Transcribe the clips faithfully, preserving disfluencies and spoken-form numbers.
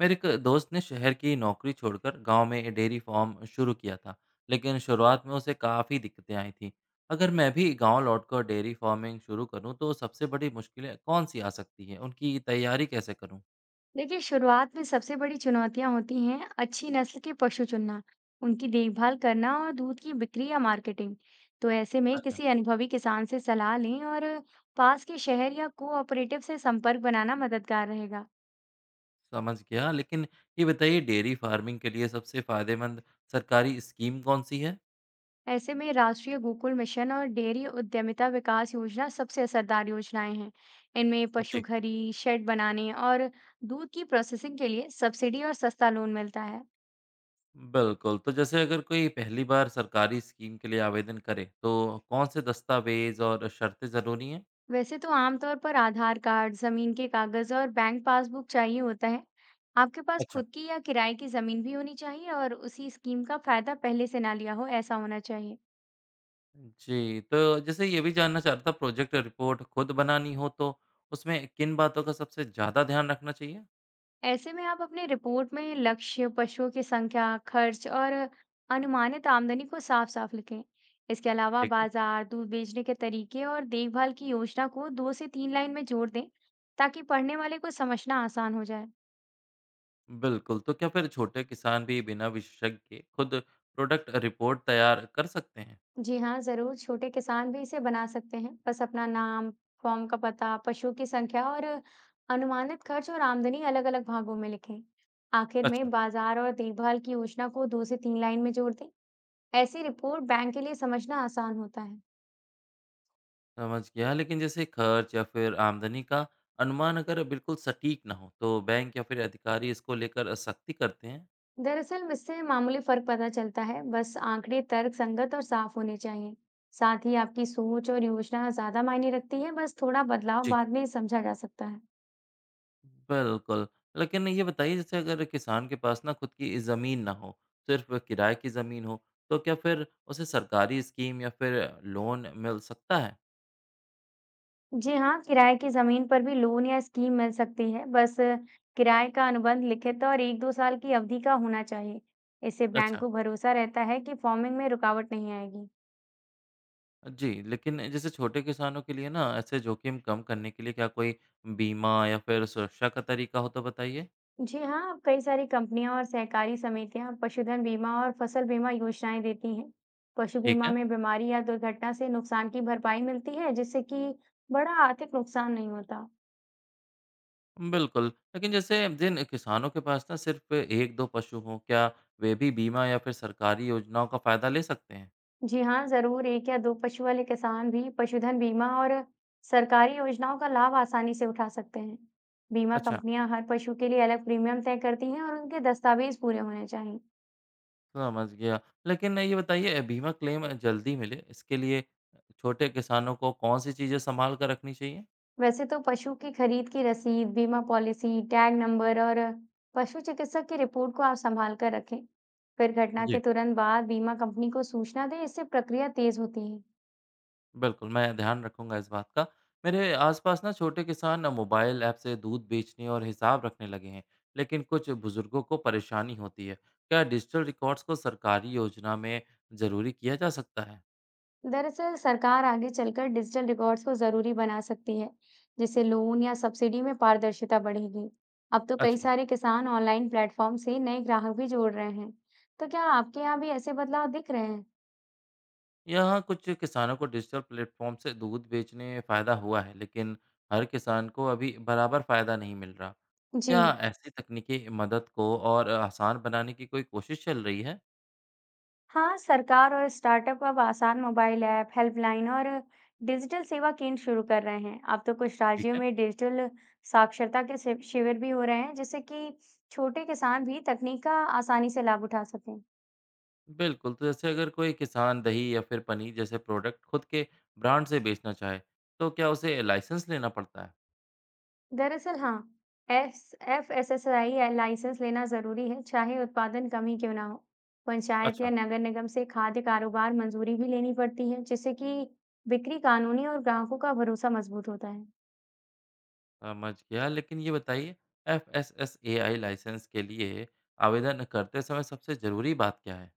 मेरे एक दोस्त ने शहर की नौकरी छोड़कर गांव में डेयरी फार्म शुरू किया था। लेकिन शुरुआत में उसे काफ़ी दिक्कतें आई थी। अगर मैं भी गांव लौटकर डेयरी फार्मिंग शुरू करूं तो सबसे बड़ी मुश्किलें कौन सी आ सकती हैं, उनकी तैयारी कैसे करूं? देखिए शुरुआत में सबसे बड़ी चुनौतियां होती हैं अच्छी नस्ल के पशु चुनना, उनकी देखभाल करना और दूध की बिक्री या मार्केटिंग। तो ऐसे में अच्छा। किसी अनुभवी किसान से सलाह लें और पास के शहर या कोऑपरेटिव से संपर्क बनाना मददगार रहेगा। समझ गया, लेकिन ये बताइए, डेयरी फार्मिंग के लिए सबसे फ़ायदेमंद सरकारी स्कीम कौन सी है? ऐसे में राष्ट्रीय गोकुल मिशन और डेयरी उद्यमिता विकास योजना सबसे असरदार योजनाएं हैं। इनमें पशु जी। घरी, शेड बनाने और दूध की प्रोसेसिंग के लिए सब्सिडी और सस्ता लोन मिलता है। बिल्कुल, तो जैसे अगर कोई पहली बार सरकारी स्कीम के लिए आवेदन करे तो कौन से दस्तावेज और शर्तें ज़रूरी हैं? वैसे तो आमतौर पर आधार कार्ड, जमीन के कागज और बैंक पासबुक चाहिए होता है। आपके पास खुद की या किराए की जमीन भी होनी चाहिए और उसी स्कीम का फायदा पहले से ना लिया हो ऐसा होना चाहिए। जी, तो जैसे ये भी जानना चाह रहा था, प्रोजेक्ट रिपोर्ट खुद बनानी हो तो उसमें किन बातों का सबसे ज़्यादा ध्यान रखना चाहिए? ऐसे में आप अपने रिपोर्ट में लक्ष्य, पशुओं की संख्या, खर्च और अनुमानित आमदनी को साफ-साफ लिखें। इसके अलावा ठीक है। बाजार, दूध बेचने के तरीके और देखभाल की योजना को दो से तीन लाइन में जोड़ दें ताकि पढ़ने वाले को समझना आसान हो जाए। बिल्कुल, तो क्या फिर छोटे किसान भी बिना विशेषज्ञ के खुद प्रोडक्ट रिपोर्ट तैयार कर सकते हैं? जी हाँ, ज़रूर। छोटे किसान भी इसे बना सकते हैं। बस अपना नाम, फॉर्म का पता, पशु की संख्या और अनुमानित खर्च और आमदनी अलग-अलग भागों में लिखें। आखिर अच्छा। में बाजार और देखभाल की योजना को दो से तीन लाइन में जोड़ दें। ऐसी रिपोर्ट बैंक के लिए समझना आसान होता है। समझ गया, लेकिन जैसे खर्च या फिर आमदनी का अनुमान अगर बिल्कुल सटीक ना हो, तो बैंक या फिर अधिकारी इसको लेकर सख्ती करते हैं? दरअसल, इससे मामूली फर्क पता चलता है। बस आंकड़े तर्क संगत और साफ होने चाहिए। साथ ही आपकी सोच और योजना ज़्यादा मायने रखती है। बस थोड़ा बदलाव जी। बाद में समझा जा सकता है। बिल्कुल। लेकिन ये बताइए, जैसे अगर किसान के पास ना खुद की ज़मीन ना हो, सिर्फ़ किराए की ज़मीन हो, तो क्या फिर उसे सरकारी स्कीम या फिर लोन मिल सकता है? जी हाँ, किराए की ज़मीन पर भी लोन या स्कीम मिल सकती है। बस किराए का अनुबंध लिखित और एक दो साल की अवधि का होना चाहिए। इससे बैंक अच्छा। को भरोसा रहता है कि फार्मिंग में रुकावट नहीं आएगी। जी, लेकिन जैसे छोटे किसानों के लिए ना, ऐसे जोखिम कम करने के लिए क्या कोई बीमा या फिर सुरक्षा का तरीका हो तो बताइए? जी हाँ, अब कई सारी कंपनियां और सहकारी समितियां पशुधन बीमा और फसल बीमा योजनाएं देती हैं। पशु ठीक बीमा है। में बीमारी या दुर्घटना से नुकसान की भरपाई मिलती है, जिससे कि बड़ा आर्थिक नुकसान नहीं होता। बिल्कुल, लेकिन जैसे जिन किसानों के पास ना सिर्फ़ एक दो पशु हों, क्या वे भी बीमा या फिर सरकारी योजनाओं का फ़ायदा ले सकते हैं? जी हाँ, ज़रूर। एक या दो पशु वाले किसान भी पशुधन बीमा और सरकारी योजनाओं का लाभ आसानी से उठा सकते हैं। बीमा अच्छा। कंपनियां हर पशु के लिए अलग प्रीमियम तय करती हैं और उनके दस्तावेज पूरे होने चाहिए। समझ गया। लेकिन ये बताइए, अ, बीमा क्लेम जल्दी मिले इसके लिए छोटे किसानों को कौन-सी चीज़ें सँभाल कर रखनी चाहिए? वैसे तो पशु की खरीद की रसीद, बीमा पॉलिसी, टैग नंबर और पशु चिकित्सक की रिपोर्ट को आप संभाल कर रखें। फिर घटना के जी। तुरंत बाद बीमा कंपनी को सूचना दें, इससे प्रक्रिया तेज़ होती है। बिल्कुल, मैं ध्यान रखूँगा इस बात का। मेरे आस-पास ना छोटे किसान मोबाइल ऐप से दूध बेचने और हिसाब रखने लगे हैं, लेकिन कुछ बुज़ुर्गों को परेशानी होती है। क्या डिजिटल रिकॉर्ड्स को सरकारी योजना में ज़रूरी किया जा सकता है? दरअसल सरकार आगे चलकर डिजिटल रिकॉर्ड्स को जरूरी बना सकती है जिससे लोन या सब्सिडी में पारदर्शिता बढ़ेगी। अब तो कई अच्छा, सारे किसान ऑनलाइन प्लेटफॉर्म से नए ग्राहक भी जोड़ रहे हैं। तो क्या आपके यहाँ भी ऐसे बदलाव दिख रहे हैं? यहाँ कुछ किसानों को डिजिटल प्लेटफ़ॉर्म से दूध बेचने फ़ायदा हुआ है, लेकिन हर किसान को अभी बराबर फ़ायदा नहीं मिल रहा। जी क्या ऐसी तकनीकी मदद को और आसान बनाने की कोई कोशिश चल रही है? हाँ, सरकार और स्टार्टअप अब आसान मोबाइल ऐप, हेल्पलाइन और डिजिटल सेवा केंद्र शुरू कर रहे हैं। अब तो कुछ ठीक राज्यों है। में डिजिटल साक्षरता के शि- शिविर भी हो रहे हैं, जिससे कि छोटे किसान भी तकनीक का आसानी से लाभ उठा सकें। बिल्कुल, तो जैसे अगर कोई किसान दही या फिर पनीर जैसे प्रोडक्ट खुद के ब्रांड से बेचना चाहे, तो क्या उसे लाइसेंस लेना पड़ता है? दरअसल हाँ, S F S S I licence लेना जरूरी है, चाहे उत्पादन कम ही क्यों ना हो। पंचायत अच्छा, या नगर निगम से खाद्य कारोबार मंजूरी भी लेनी पड़ती है, जिससे कि बिक्री कानूनी और ग्राहकों का भरोसा मजबूत होता है। समझ गया, लेकिन ये बताइए, F S S A I licence के लिए आवेदन करते समय सबसे ज़रूरी बात क्या है?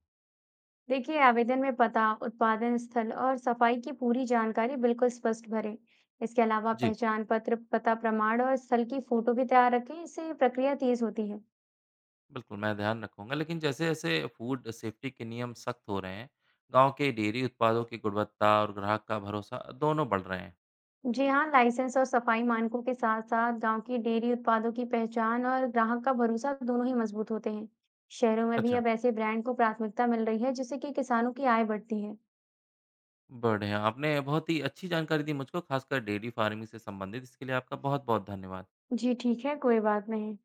देखिए, आवेदन में पता, उत्पादन स्थल और सफाई की पूरी जानकारी बिल्कुल स्पष्ट भरें। इसके अलावा जी, पहचान पत्र, पता प्रमाण और स्थल की फोटो भी तैयार रखें, इससे प्रक्रिया तेज होती है। बिल्कुल, मैं ध्यान रखूंगा, लेकिन जैसे-जैसे फूड सेफ्टी के नियम सख्त हो रहे हैं, गांव के डेयरी उत्पादों की गुणवत्ता और ग्राहक का भरोसा दोनों बढ़ रहे हैं। जी हाँ, लाइसेंस और सफाई मानकों के साथ साथ गांव की डेयरी उत्पादों की पहचान और ग्राहक का भरोसा दोनों ही मजबूत होते हैं। शहरों में भी अच्छा। अब ऐसे ब्रांड को प्राथमिकता मिल रही है, जिससे कि किसानों की आय बढ़ती है। बढ़िया, आपने बहुत ही अच्छी जानकारी दी मुझको, खासकर डेयरी फार्मिंग से संबंधित। इसके लिए आपका बहुत-बहुत धन्यवाद। जी ठीक है, कोई बात नहीं।